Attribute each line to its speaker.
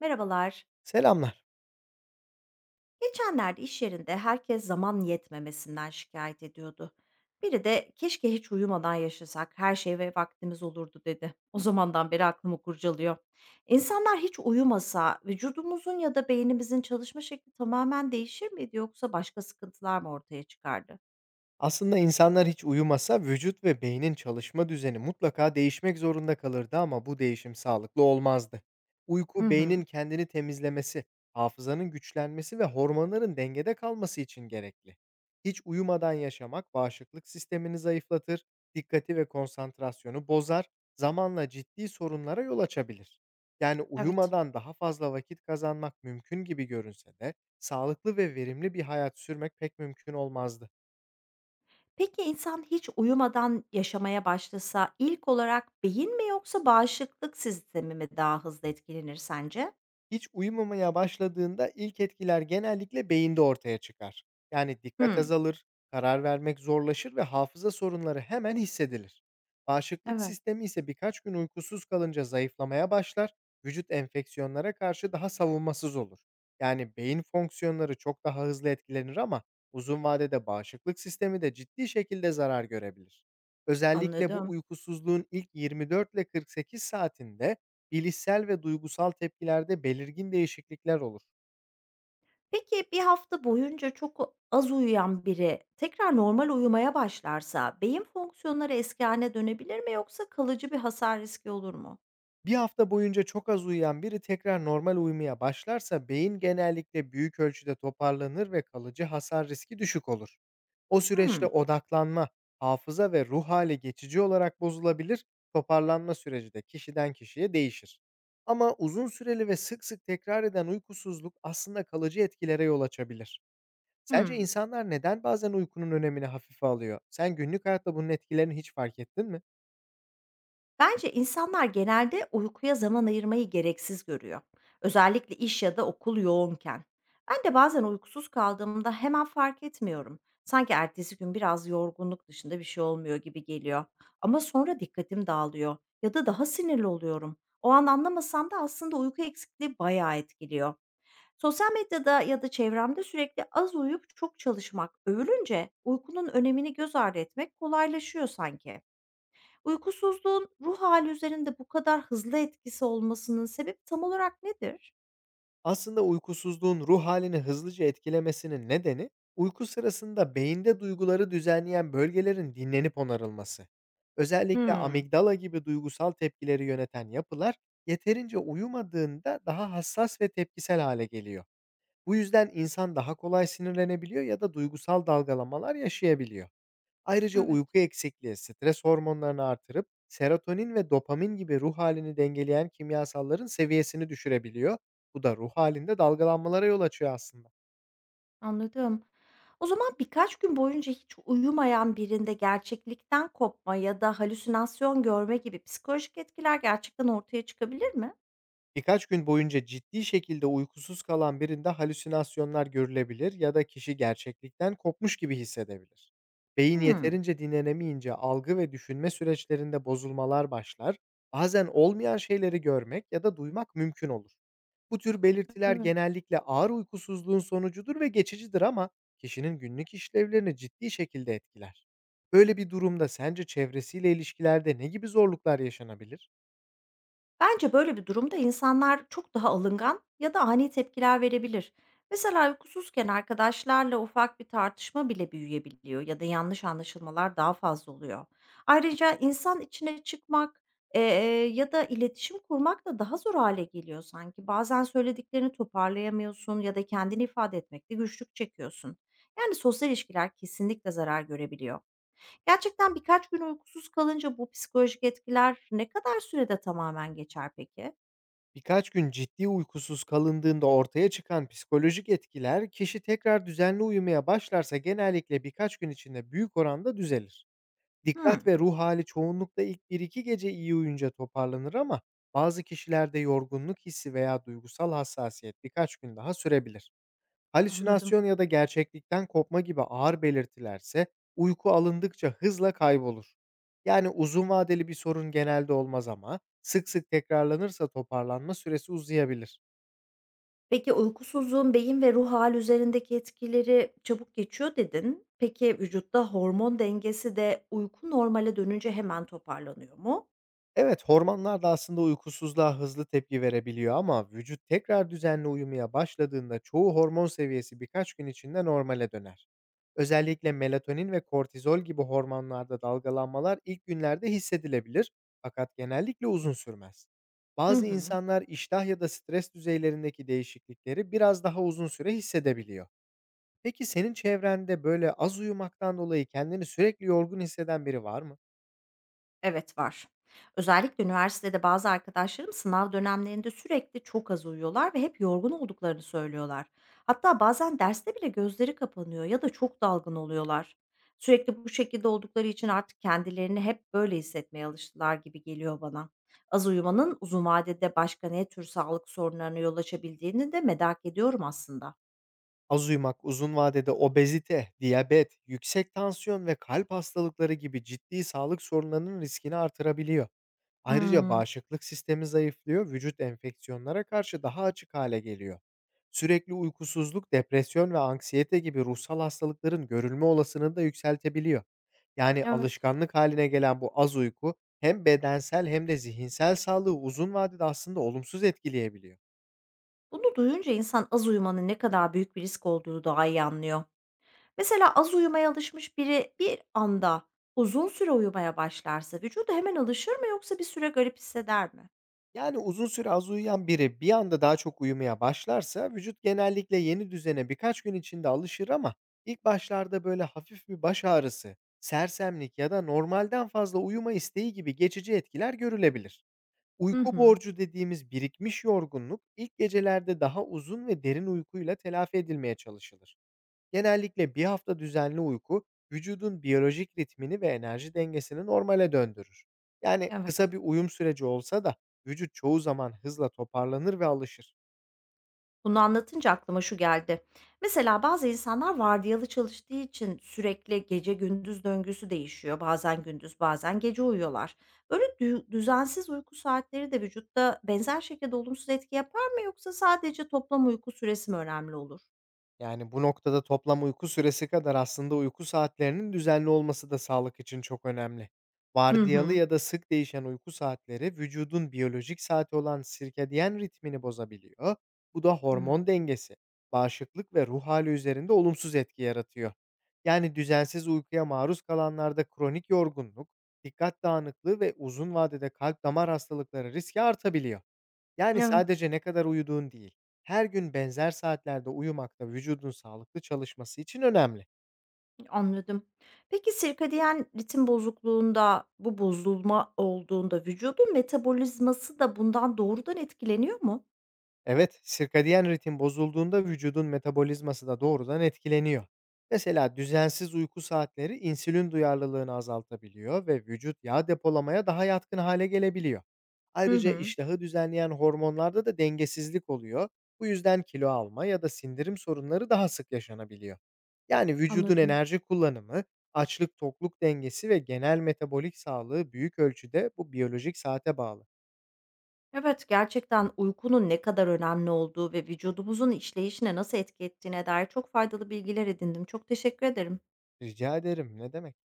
Speaker 1: Merhabalar.
Speaker 2: Selamlar.
Speaker 1: Geçenlerde iş yerinde herkes zaman yetmemesinden şikayet ediyordu. Biri de keşke hiç uyumadan yaşasak her şey ve vaktimiz olurdu dedi. O zamandan beri aklımı kurcalıyor. İnsanlar hiç uyumasa vücudumuzun ya da beynimizin çalışma şekli tamamen değişir miydi yoksa başka sıkıntılar mı ortaya çıkardı?
Speaker 2: Aslında insanlar hiç uyumasa vücut ve beynin çalışma düzeni mutlaka değişmek zorunda kalırdı, ama bu değişim sağlıklı olmazdı.
Speaker 1: Hı
Speaker 2: Uyku beynin
Speaker 1: hı.
Speaker 2: kendini temizlemesi, hafızanın güçlenmesi ve hormonların dengede kalması için gerekli. Hiç uyumadan yaşamak bağışıklık sistemini zayıflatır, dikkati ve konsantrasyonu bozar, zamanla ciddi sorunlara yol açabilir. Yani
Speaker 1: Evet.
Speaker 2: uyumadan daha fazla vakit kazanmak mümkün gibi görünse de sağlıklı ve verimli bir hayat sürmek pek mümkün olmazdı.
Speaker 1: Peki, insan hiç uyumadan yaşamaya başlasa ilk olarak beyin mi yoksa bağışıklık sistemi mi daha hızlı etkilenir sence?
Speaker 2: Hiç uyumamaya başladığında ilk etkiler genellikle beyinde ortaya çıkar. Yani dikkat
Speaker 1: Hı.
Speaker 2: azalır, karar vermek zorlaşır ve hafıza sorunları hemen hissedilir. Bağışıklık
Speaker 1: Evet.
Speaker 2: sistemi ise birkaç gün uykusuz kalınca zayıflamaya başlar, vücut enfeksiyonlara karşı daha savunmasız olur. Yani beyin fonksiyonları çok daha hızlı etkilenir, ama uzun vadede bağışıklık sistemi de ciddi şekilde zarar görebilir. Özellikle bu
Speaker 1: Anladım.
Speaker 2: uykusuzluğun ilk 24 ile 48 saatinde bilişsel ve duygusal tepkilerde belirgin değişiklikler olur.
Speaker 1: Peki, bir hafta boyunca çok az uyuyan biri tekrar normal uyumaya başlarsa beyin fonksiyonları eski hâline dönebilir mi yoksa kalıcı bir hasar riski olur mu?
Speaker 2: Bir hafta boyunca çok az uyuyan biri tekrar normal uyumaya başlarsa beyin genellikle büyük ölçüde toparlanır ve kalıcı hasar riski düşük olur. O süreçte
Speaker 1: Hımm.
Speaker 2: odaklanma, hafıza ve ruh hali geçici olarak bozulabilir, toparlanma süreci de kişiden kişiye değişir. Ama uzun süreli ve sık sık tekrar eden uykusuzluk aslında kalıcı etkilere yol açabilir. Sence
Speaker 1: Hımm.
Speaker 2: insanlar neden bazen uykunun önemini hafife alıyor? Sen günlük hayatta bunun etkilerini hiç fark ettin mi?
Speaker 1: Bence insanlar genelde uykuya zaman ayırmayı gereksiz görüyor. Özellikle iş ya da okul yoğunken. Ben de bazen uykusuz kaldığımda hemen fark etmiyorum. Sanki ertesi gün biraz yorgunluk dışında bir şey olmuyor gibi geliyor. Ama sonra dikkatim dağılıyor ya da daha sinirli oluyorum. O an anlamasam da aslında uyku eksikliği bayağı etkiliyor. Sosyal medyada ya da çevremde sürekli az uyuyup çok çalışmak övülünce uykunun önemini göz ardı etmek kolaylaşıyor sanki. Uykusuzluğun ruh hâli üzerinde bu kadar hızlı etkisi olmasının sebebi tam olarak nedir?
Speaker 2: Aslında uykusuzluğun ruh halini hızlıca etkilemesinin nedeni, uyku sırasında beyinde duyguları düzenleyen bölgelerin dinlenip onarılması. Özellikle
Speaker 1: Hımm.
Speaker 2: amigdala gibi duygusal tepkileri yöneten yapılar, yeterince uyumadığında daha hassas ve tepkisel hale geliyor. Bu yüzden insan daha kolay sinirlenebiliyor ya da duygusal dalgalamalar yaşayabiliyor. Ayrıca
Speaker 1: Evet.
Speaker 2: uyku eksikliği stres hormonlarını artırıp serotonin ve dopamin gibi ruh halini dengeleyen kimyasalların seviyesini düşürebiliyor. Bu da ruh halinde dalgalanmalara yol açıyor aslında.
Speaker 1: Anladım. O zaman birkaç gün boyunca hiç uyumayan birinde gerçeklikten kopma ya da halüsinasyon görme gibi psikolojik etkiler gerçekten ortaya çıkabilir mi?
Speaker 2: Birkaç gün boyunca ciddi şekilde uykusuz kalan birinde halüsinasyonlar görülebilir ya da kişi gerçeklikten kopmuş gibi hissedebilir. Beyin
Speaker 1: Hımm.
Speaker 2: yeterince dinlenemeyince algı ve düşünme süreçlerinde bozulmalar başlar. Bazen olmayan şeyleri görmek ya da duymak mümkün olur. Bu tür belirtiler genellikle ağır uykusuzluğun sonucudur ve geçicidir, ama kişinin günlük işlevlerini ciddi şekilde etkiler. Böyle bir durumda sence çevresiyle ilişkilerde ne gibi zorluklar yaşanabilir?
Speaker 1: Bence böyle bir durumda insanlar çok daha alıngan ya da ani tepkiler verebilir. Mesela uykusuzken arkadaşlarla ufak bir tartışma bile büyüyebiliyor ya da yanlış anlaşılmalar daha fazla oluyor. Ayrıca insan içine çıkmak eee, ya da iletişim kurmak da daha zor hale geliyor sanki. Bazen söylediklerini toparlayamıyorsun ya da kendini ifade etmekte güçlük çekiyorsun. Yani sosyal ilişkiler kesinlikle zarar görebiliyor. Gerçekten birkaç gün uykusuz kalınca bu psikolojik etkiler ne kadar sürede tamamen geçer peki?
Speaker 2: Birkaç gün ciddi uykusuz kalındığında ortaya çıkan psikolojik etkiler, kişi tekrar düzenli uyumaya başlarsa genellikle birkaç gün içinde büyük oranda düzelir. Dikkat
Speaker 1: Hımm,
Speaker 2: ve ruh hali çoğunlukla ilk bir iki gece iyi uyunca toparlanır, ama bazı kişilerde yorgunluk hissi veya duygusal hassasiyet birkaç gün daha sürebilir.
Speaker 1: anladım.
Speaker 2: Halüsinasyon ya da gerçeklikten kopma gibi ağır belirtilerse uyku alındıkça hızla kaybolur. Yani uzun vadeli bir sorun genelde olmaz, ama sık sık tekrarlanırsa toparlanma süresi uzayabilir.
Speaker 1: Peki, uykusuzluğun beyin ve ruh hâli üzerindeki etkileri çabuk geçiyor dedin. Peki, vücutta hormon dengesi de uyku normale dönünce hemen toparlanıyor mu?
Speaker 2: Evet, hormonlar da aslında uykusuzluğa hızlı tepki verebiliyor, ama vücut tekrar düzenli uyumaya başladığında çoğu hormon seviyesi birkaç gün içinde normale döner. Özellikle melatonin ve kortizol gibi hormonlarda dalgalanmalar ilk günlerde hissedilebilir, fakat genellikle uzun sürmez.
Speaker 1: Hı
Speaker 2: Bazı
Speaker 1: hı.
Speaker 2: insanlar iştah ya da stres düzeylerindeki değişiklikleri biraz daha uzun süre hissedebiliyor. Peki senin çevrende böyle az uyumaktan dolayı kendini sürekli yorgun hisseden biri var mı?
Speaker 1: Evet, var. Özellikle üniversitede bazı arkadaşlarım sınav dönemlerinde sürekli çok az uyuyorlar ve hep yorgun olduklarını söylüyorlar. Hatta bazen derste bile gözleri kapanıyor ya da çok dalgın oluyorlar. Sürekli bu şekilde oldukları için artık kendilerini hep böyle hissetmeye alıştılar gibi geliyor bana. Az uyumanın uzun vadede başka ne tür sağlık sorunlarına yol açabildiğini de merak ediyorum aslında.
Speaker 2: Az uyumak uzun vadede obezite, diyabet, yüksek tansiyon ve kalp hastalıkları gibi ciddi sağlık sorunlarının riskini artırabiliyor. Ayrıca
Speaker 1: Hmm,
Speaker 2: bağışıklık sistemi zayıflıyor, vücut enfeksiyonlara karşı daha açık hale geliyor. Sürekli uykusuzluk, depresyon ve anksiyete gibi ruhsal hastalıkların görülme olasılığını da yükseltebiliyor. Yani
Speaker 1: evet.
Speaker 2: alışkanlık haline gelen bu az uyku hem bedensel hem de zihinsel sağlığı uzun vadede aslında olumsuz etkileyebiliyor.
Speaker 1: Bunu duyunca insan az uyumanın ne kadar büyük bir risk olduğunu daha iyi anlıyor. Mesela az uyumaya alışmış biri bir anda uzun süre uyumaya başlarsa vücudu hemen alışır mı yoksa bir süre garip hisseder mi?
Speaker 2: Yani, uzun süre az uyuyan biri bir anda daha çok uyumaya başlarsa vücut genellikle yeni düzene birkaç gün içinde alışır, ama ilk başlarda böyle hafif bir baş ağrısı, sersemlik ya da normalden fazla uyuma isteği gibi geçici etkiler görülebilir.
Speaker 1: Hı
Speaker 2: Uyku
Speaker 1: hı.
Speaker 2: borcu dediğimiz birikmiş yorgunluk ilk gecelerde daha uzun ve derin uykuyla telafi edilmeye çalışılır. Genellikle bir hafta düzenli uyku, vücudun biyolojik ritmini ve enerji dengesini normale döndürür. Yani
Speaker 1: Evet.
Speaker 2: kısa bir uyum süreci olsa da vücut çoğu zaman hızla toparlanır ve alışır.
Speaker 1: Bunu anlatınca aklıma şu geldi. Mesela bazı insanlar vardiyalı çalıştığı için sürekli gece gündüz döngüsü değişiyor. Bazen gündüz bazen gece uyuyorlar. Böyle düzensiz uyku saatleri de vücutta benzer şekilde olumsuz etki yapar mı yoksa sadece toplam uyku süresi mi önemli olur?
Speaker 2: Yani, bu noktada toplam uyku süresi kadar aslında uyku saatlerinin düzenli olması da sağlık için çok önemli.
Speaker 1: Hı
Speaker 2: Vardiyalı
Speaker 1: hı.
Speaker 2: ya da sık değişen uyku saatleri vücudun biyolojik saati olan sirkadiyen ritmini bozabiliyor. Bu da
Speaker 1: Hı.
Speaker 2: hormon dengesi, bağışıklık ve ruh hali üzerinde olumsuz etki yaratıyor. Yani düzensiz uykuya maruz kalanlarda kronik yorgunluk, dikkat dağınıklığı ve uzun vadede kalp damar hastalıkları riski artabiliyor. Yani,
Speaker 1: Evet.
Speaker 2: sadece ne kadar uyuduğun değil, her gün benzer saatlerde uyumak da vücudun sağlıklı çalışması için önemli.
Speaker 1: Anladım. Peki, sirkadiyen ritim bozukluğunda bu bozulma olduğunda vücudun metabolizması da bundan doğrudan etkileniyor mu?
Speaker 2: Evet, sirkadiyen ritim bozulduğunda vücudun metabolizması da doğrudan etkileniyor. Mesela düzensiz uyku saatleri insülin duyarlılığını azaltabiliyor ve vücut yağ depolamaya daha yatkın hale gelebiliyor.
Speaker 1: Hı
Speaker 2: Ayrıca
Speaker 1: hı.
Speaker 2: iştahı düzenleyen hormonlarda da dengesizlik oluyor. Bu yüzden kilo alma ya da sindirim sorunları daha sık yaşanabiliyor. Yani vücudun
Speaker 1: Anladım.
Speaker 2: enerji kullanımı, açlık tokluk dengesi ve genel metabolik sağlığı büyük ölçüde bu biyolojik saate bağlı.
Speaker 1: Evet, gerçekten uykunun ne kadar önemli olduğu ve vücudumuzun işleyişine nasıl etki ettiğine dair çok faydalı bilgiler edindim. Çok teşekkür ederim.
Speaker 2: Rica ederim, ne demek?